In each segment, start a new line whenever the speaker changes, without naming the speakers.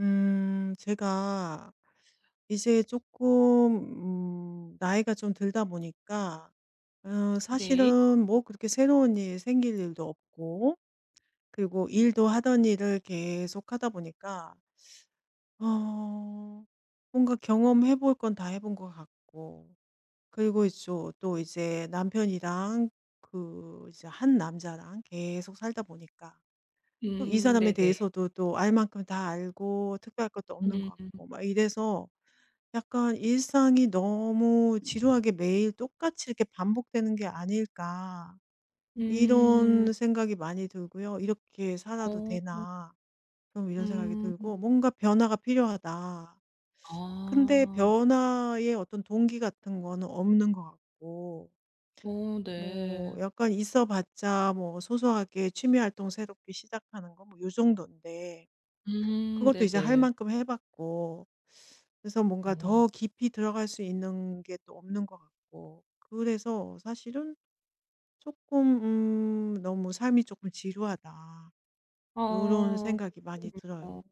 제가 이제 조금 나이가 좀 들다 보니까
네.
사실은 뭐 그렇게 새로운 일 생길 일도 없고 그리고 일도 하던 일을 계속하다 보니까 어 뭔가 경험해 볼 건 다 해본 것 같고 그리고 이제 또 이제 남편이랑 그 이제 한 남자랑 계속 살다 보니까 또 이 사람에
네네.
대해서도 또 알 만큼 다 알고 특별할 것도 없는
음.
것 같고 막 이래서 약간 '일상이 너무 지루하게 매일 똑같이 이렇게 반복되는 게 아닐까.'
음.
이런 생각이 많이 들고요. '이렇게 살아도
어.
되나.' 좀 이런 생각이
음.
들고 '뭔가 변화가 필요하다.' 근데
아.
변화의 어떤 동기 같은 거는 없는 것 같고
어
뭐
네.
약간 있어 봤자 뭐 소소하게 취미 활동 새롭게 시작하는 거뭐요정인데 그것도 이제 할
네네.
만큼 해 봤고 그래서 뭔가
어.
더 깊이 들어갈 수 있는 게 또 없는 것 같고 그래서 사실은 조금 '너무 삶이 조금 지루하다.' 이런
아
생각이 많이
그렇군요.
들어요.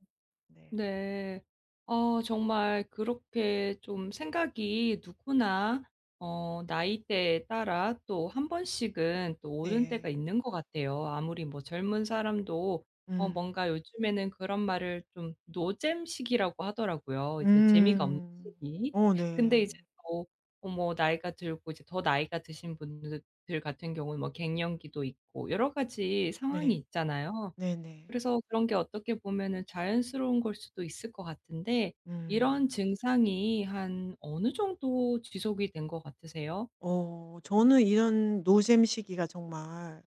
네.
네. 정말 그렇게 좀 생각이 누구나 나이대에 따라 또 한 번씩은 또 오는 때가
네.
있는 것 같아요. 아무리 뭐 젊은 사람도
음.
뭔가 요즘에는 그런 말을 좀 노잼시기라고 하더라고요. 이제 재미가 없는
음.
시기.
어
근데 이제
네.
또 뭐 나이가 들고 이제 더 나이가 드신 분들 같은 경우는 뭐 갱년기도 있고 여러 가지 상황이
네.
있잖아요.
네네.
그래서 그런 게 어떻게 보면은 자연스러운 걸 수도 있을 것 같은데 이런
음.
증상이 한 어느 정도 지속이 된 것 같으세요?
저는 이런 노잼 시기가 정말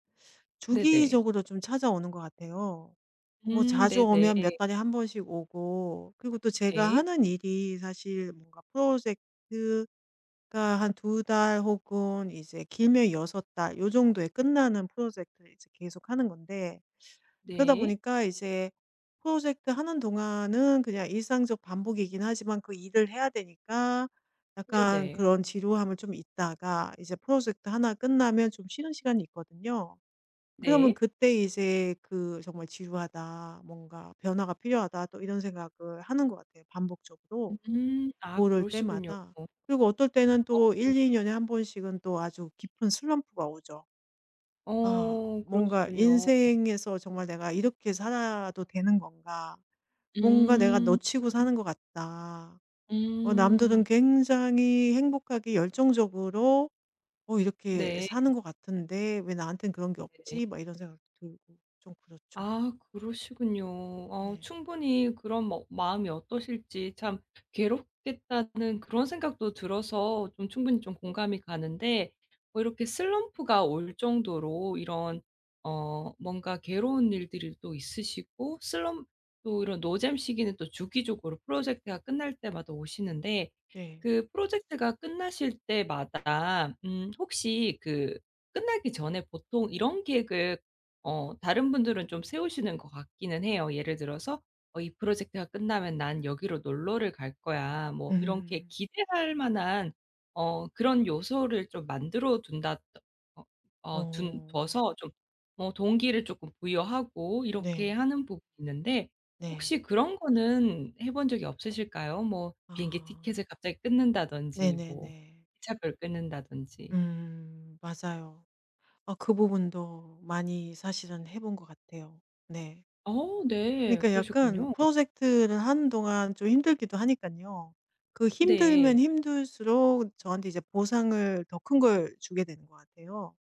네네.
주기적으로 좀 찾아오는 것 같아요. 뭐 자주
네네.
오면 몇 달에 한 번씩 오고 그리고 또 제가
네.
하는 일이 사실 뭔가 프로젝트가 한 2달 혹은 이제 길면 6달 요 정도에 끝나는 프로젝트를 이제 계속하는 건데 그러다
네.
보니까 이제 프로젝트 하는 동안은 그냥 일상적 반복이긴 하지만 그 일을 해야 되니까 약간
네네.
그런 지루함을 좀 있다가 이제 프로젝트 하나 끝나면 좀 쉬는 시간이 있거든요. 그러면
네.
그때 이제 그 정말 '지루하다. 뭔가 변화가 필요하다.' 또 이런 생각을 하는 것 같아요 반복적으로
음. 아
고럴
그러시군요.
때마다. 그리고 어떨 때는 또 1-2 년에 한 번씩은 또 아주 깊은 슬럼프가 오죠. '아
어
뭔가
그러시군요.
인생에서 정말 내가 이렇게 살아도 되는 건가? 뭔가 내가
음.
놓치고 사는 것 같다. 남들은
음.
굉장히 행복하게 열정적으로 이렇게
네.
사는 것 같은데 왜 나한텐 그런 게
네네.
없지?' 막 이런 생각도 들고 좀 그렇죠.
아 그러시군요.
네.
충분히 그런 뭐 마음이 어떠실지 참 괴롭겠다는 그런 생각도 들어서 좀 충분히 좀 공감이 가는데 뭐 이렇게 슬럼프가 올 정도로 이런 뭔가 괴로운 일들이 또 있으시고 슬럼 또 이런 노잼 시기는 또 주기적으로 프로젝트가 끝날 때마다 오시는데
네.
그 프로젝트가 끝나실 때마다 혹시 그 끝나기 전에 보통 이런 계획을 다른 분들은 좀 세우시는 것 같기는 해요. 예를 들어서 "이 프로젝트가 끝나면 난 여기로 놀러를 갈 거야." 뭐 이렇게
음.
기대할 만한 그런 요소를 좀 만들어 둔다 어 어 둔
어.
둬서 좀 뭐 동기를 조금 부여하고 이렇게
네.
하는 부분이 있는데
네.
혹시 그런 거는 해본 적이 없으실까요? 뭐 비행기
아.
티켓을 갑자기 끊는다든지 뭐
네네네.
기차표를 끊는다든지.
음. 맞아요. 아 그 부분도 많이 사실은 해본 것 같아요. 네.
어 네.
그러니까 약간
그러셨군요.
프로젝트를 하는 동안 좀 힘들기도 하니깐요. 그 힘들면
네.
힘들수록 저한테 이제 보상을 더 큰 걸 주게 되는 것 같아요.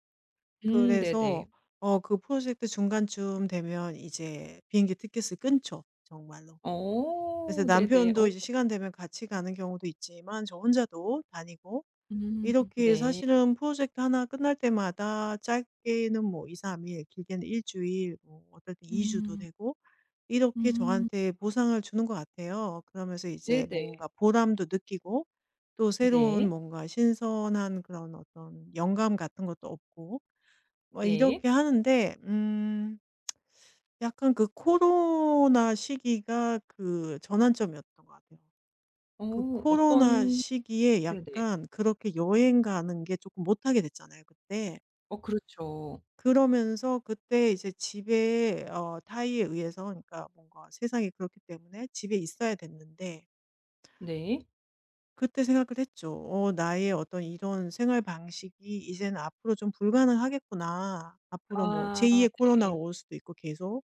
네네.
그래서 그 프로젝트 중간쯤 되면 이제 비행기 티켓을 끊죠 정말로. 그래서
어 네네.
남편도
어
이제 시간 되면 같이 가는 경우도 있지만 저 혼자도 다니고 이렇게
네.
사실은 프로젝트 하나 끝날 때마다 짧게는 뭐 2-3일, 길게는 일 주일, 뭐 어떨 때 2주 주도
음.
되고 이렇게
음.
저한테 보상을 주는 것 같아요. 그러면서 이제
네네.
뭔가 보람도 느끼고 또 새로운
네.
뭔가 신선한 그런 어떤 영감 같은 것도 없고 뭐
네.
이렇게 하는데 약간 그 코로나 시기가 그 전환점이었던 것 같아요.
어
그 코로나
어떤
시기에
네네.
약간 그렇게 여행 가는 게 조금 못하게 됐잖아요 그때.
어 그렇죠.
그러면서 그때 이제 집에 타이에 의해서 그러니까 뭔가 세상이 그렇기 때문에 집에 있어야 됐는데
네.
그때 생각을 했죠. 나의 어떤 이런 생활 방식이 이제는 앞으로 좀 불가능하겠구나. 앞으로 뭐
아
제2의 코로나가
네.
올 수도 있고 계속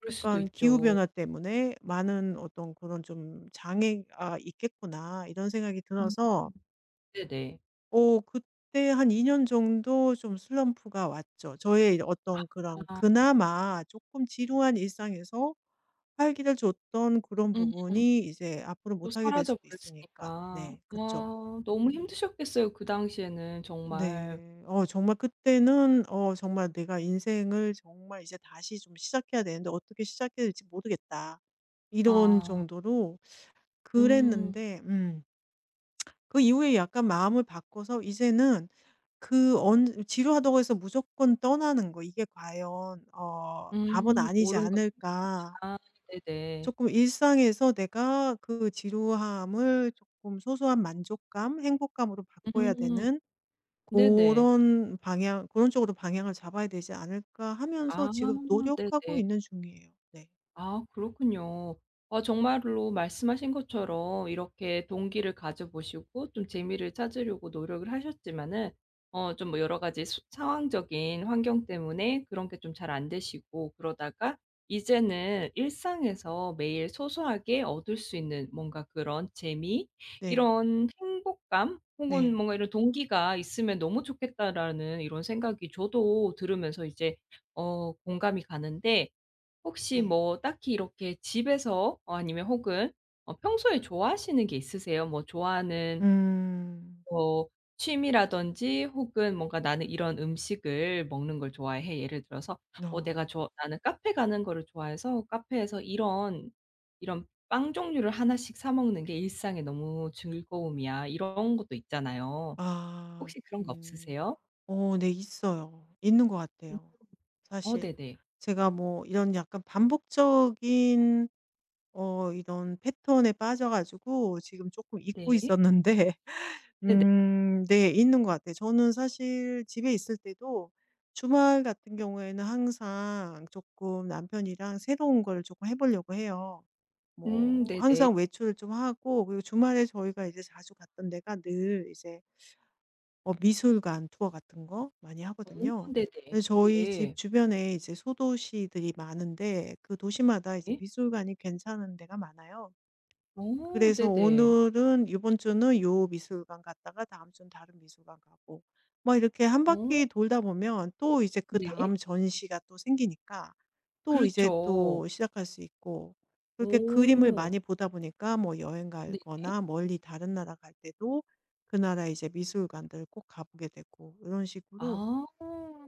그럴 수도
약간 기후
있죠.
변화 때문에 많은 어떤 그런 좀 장애가 있겠구나.' 이런 생각이
음.
들어서
네네.
그때 한 2년 정도 좀 슬럼프가 왔죠. 저의
아
어떤 그런 그나마 조금 지루한 일상에서 활기를 줬던 그런
음.
부분이 이제 앞으로
또
못하게 될
사라져
수도 있으니까.
버렸으니까.
네. 그쵸.
와 너무 힘드셨겠어요 그 당시에는 정말.
네. 정말 그때는 정말 '내가 인생을 정말 이제 다시 좀 시작해야 되는데 어떻게 시작해야 될지 모르겠다.' 이런
아.
정도로
음.
그랬는데 그 이후에 약간 마음을 바꿔서 이제는 그 언 지루하다고 해서 무조건 떠나는 거 이게 과연 답은
음.
아니지
옳은 것이다.
않을까.
네네.
조금 일상에서 내가 그 지루함을 조금 소소한 만족감, 행복감으로 바꿔야
음.
되는 그
네네.
런 방향 그런 쪽으로 방향을 잡아야 되지 않을까 하면서
아
지금 노력하고
네네.
있는 중이에요. 네.
아 그렇군요. 아 정말로 말씀하신 것처럼 이렇게 동기를 가져 보시고 좀 재미를 찾으려고 노력을 하셨지만은 좀 뭐 여러 가지 수 상황적인 환경 때문에 그런 게 좀 잘 안 되시고 그러다가 이제는 일상에서 매일 소소하게 얻을 수 있는 뭔가 그런 재미
네.
이런 행복감 혹은
네.
뭔가 이런 '동기가 있으면 너무 좋겠다.'라는 이런 생각이 저도 들으면서 이제 공감이 가는데 혹시
네.
뭐 딱히 이렇게 집에서 아니면 혹은 평소에 좋아하시는 게 있으세요? 뭐 좋아하는
음.
뭐 취미라든지 혹은 뭔가 '나는 이런 음식을 먹는 걸 좋아해.' 예를 들어서 어 내가
어.
좋아 나는 카페 가는 거를 좋아해서 카페에서 이런, 이런 빵 종류를 하나씩 사 먹는 게 일상의 너무 즐거움이야. 이런 것도 있잖아요.
아.
혹시 그런 거
음.
없으세요?
어 네 있어요. 있는 것
음.
같아요.
어
사실
네네.
제가 뭐 이런 약간 반복적인 이런 패턴에 빠져 가지고 지금 조금 잊고
네.
있었는데
네네.
네 있는 것 같아요. 저는 사실 집에 있을 때도 주말 같은 경우에는 항상 조금 남편이랑 새로운 걸 조금 해 보려고 해요. 뭐
네네.
항상 외출을 좀 하고 그리고 주말에 저희가 이제 자주 갔던 데가 늘 이제 미술관 투어 같은 거 많이
어
하거든요.
네네.
그래서 저희 집
네.
주변에 이제 소도시들이 많은데 그 도시마다 이제
네.
미술관이 괜찮은 데가 많아요.
어
그래서
네네.
오늘은 이번 주는 요 미술관 갔다가 다음 주는 다른 미술관 가고 뭐 이렇게 한
어
바퀴 돌다 보면 또 이제
네.
그다음 전시가 또 생기니까 또 이제
그렇죠.
또 시작할 수 있고 그렇게 그림을
오,
많이 보다 보니까 뭐 여행
네.
가거나 멀리 다른 나라 갈 때도 그 나라 이제 미술관들 꼭 가 보게 되고 이런 식으로
아.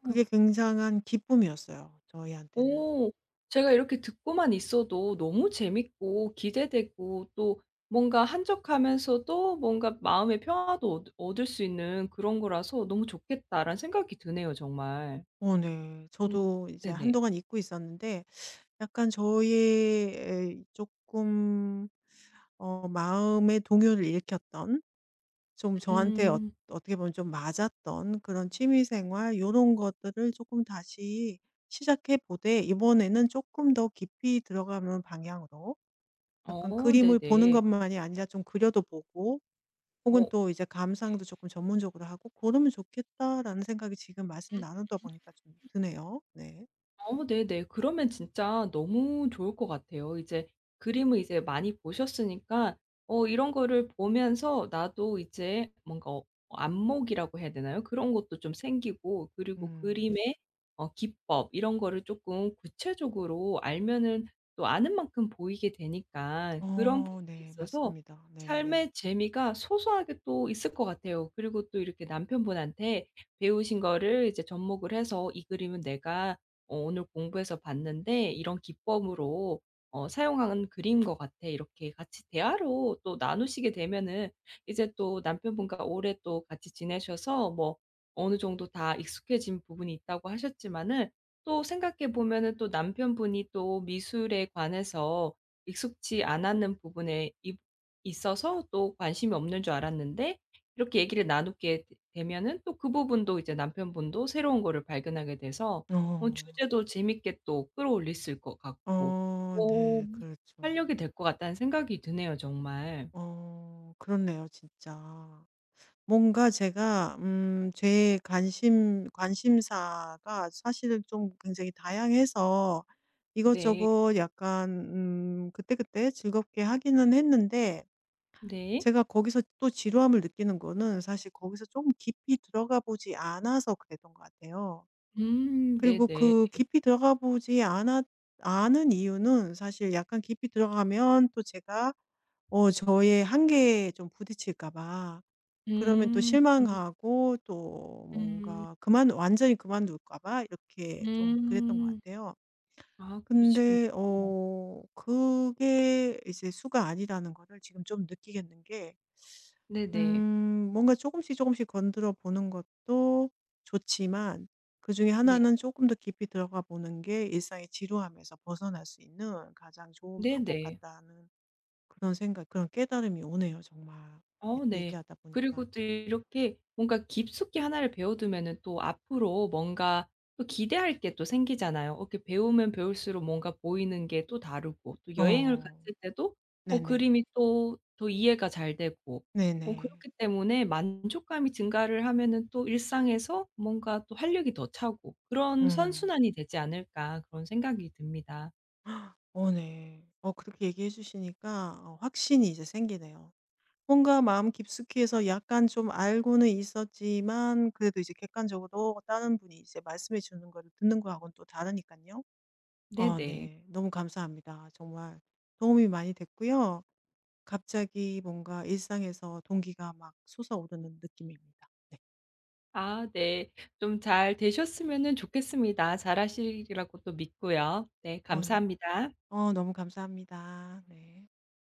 그게 굉장한 기쁨이었어요 저희한테는.
어 제가 이렇게 듣고만 있어도 너무 재밌고 기대되고 또 뭔가 한적하면서도 뭔가 마음의 평화도 얻 얻을 수 있는 그런 거라서 '너무 좋겠다.'라는 생각이 드네요 정말.
어 네.
음
저도 이제
네네.
한동안 잊고 있었는데 약간 저의 에금어 마음의 동요를 일으켰던 좀 저한테
음.
어떻게 보면 좀 맞았던 그런 취미 생활 요런 것들을 조금 다시 시작해 보되 이번에는 조금 더 깊이 들어가는 방향으로 약간
어
그림을 보는
네네.
것만이 아니라 좀 그려도 보고 혹은
어
또 이제 감상도 조금 전문적으로 하고 '고러면 좋겠다.'라는 생각이 지금 말씀 나누다 보니까 좀 드네요. 네.
어 네네. 그러면 진짜 너무 좋을 것 같아요. 이제 그림을 이제 많이 보셨으니까 이런 거를 보면서 나도 이제 뭔가 안목이라고 해야 되나요? 그런 것도 좀 생기고 그리고
음.
그림의 기법 이런 거를 조금 구체적으로 알면은 또 아는 만큼 보이게 되니까 그런 부분에
어 네.
있어서
맞습니다. 네네.
삶의 재미가 소소하게 또 있을 것 같아요. 그리고 또 이렇게 남편분한테 배우신 거를 이제 접목을 해서 "이 그림은 내가 오늘 공부해서 봤는데 이런 기법으로 사용한 그림인 것 같아." 이렇게 같이 대화로 또 나누시게 되면은 이제 또 남편분과 오래 또 같이 지내셔서 뭐 어느 정도 다 익숙해진 부분이 있다고 하셨지만은 또 생각해 보면은 또 남편분이 또 미술에 관해서 익숙지 않았는 부분에 이 있어서 또 관심이 없는 줄 알았는데 이렇게 얘기를 나누게 되 되면은 또 그 부분도 이제 남편분도 새로운 거를 발견하게 돼서
어.
주제도 재밌게 또 끌어올릴 수 있을 것 같고
어
어
네. 그렇죠.
활력이 될 것 같다는 생각이 드네요 정말.
그렇네요 진짜. 뭔가 제가 제 관심사가 사실은 좀 굉장히 다양해서
네.
이것저것 약간 그때그때 즐겁게 하기는 했는데
네.
제가 거기서 또 지루함을 느끼는 거는 사실 거기서 좀 깊이 들어가 보지 않아서 그랬던 것 같아요.
네
그리고
네.
그 깊이 들어가 보지 않았 않은 이유는 사실 약간 깊이 들어가면 또 제가 저의 한계에 좀 부딪힐까 봐. 그러면 또
음.
실망하고 또
음.
뭔가 그만 완전히 그만둘까 봐 이렇게 좀 그랬던 것
음.
같아요.
아 그러시군요.
근데 그게 이제 수가 아니라는 거를 지금 좀 느끼겠는 게
네네.
뭔가 조금씩 조금씩 건드려 보는 것도 좋지만 그중에
네.
하나는 조금 더 깊이 들어가 보는 게 일상의 지루함에서 벗어날 수 있는 가장 좋은 방법
네네.
같다는 그런 생각 그런 깨달음이 오네요 정말.
어
이렇게
네.
얘기하다 보니까.
그리고 또 이렇게 뭔가 깊숙이 하나를 배워두면은 또 앞으로 뭔가 또 기대할 게 또 생기잖아요. 이렇게 배우면 배울수록 뭔가 보이는 게 또 다르고 또 여행을
어
갔을 때도
네네.
그림이 또 더 이해가 잘 되고
네네.
그렇기 때문에 만족감이 증가를 하면은 또 일상에서 뭔가 또 활력이 더 차고 그런
음.
'선순환이 되지 않을까.' 그런 생각이 듭니다.
어 네. 그렇게 얘기해 주시니까 확신이 이제 생기네요. 뭔가 마음 깊숙이 해서 약간 좀 알고는 있었지만 그래도 이제 객관적으로 다른 분이 이제 말씀해 주는 거를 듣는 거하고는 또 다르니까요 아
네네.
네. 너무 감사합니다. 정말 도움이 많이 됐고요. 갑자기 뭔가 일상에서 동기가 막 솟아오르는 느낌입니다. 네.
아 네. 좀 잘 되셨으면은 좋겠습니다. 잘하시리라고 또 믿고요. 네
어 네.
감사합니다.
너무 감사합니다. 네.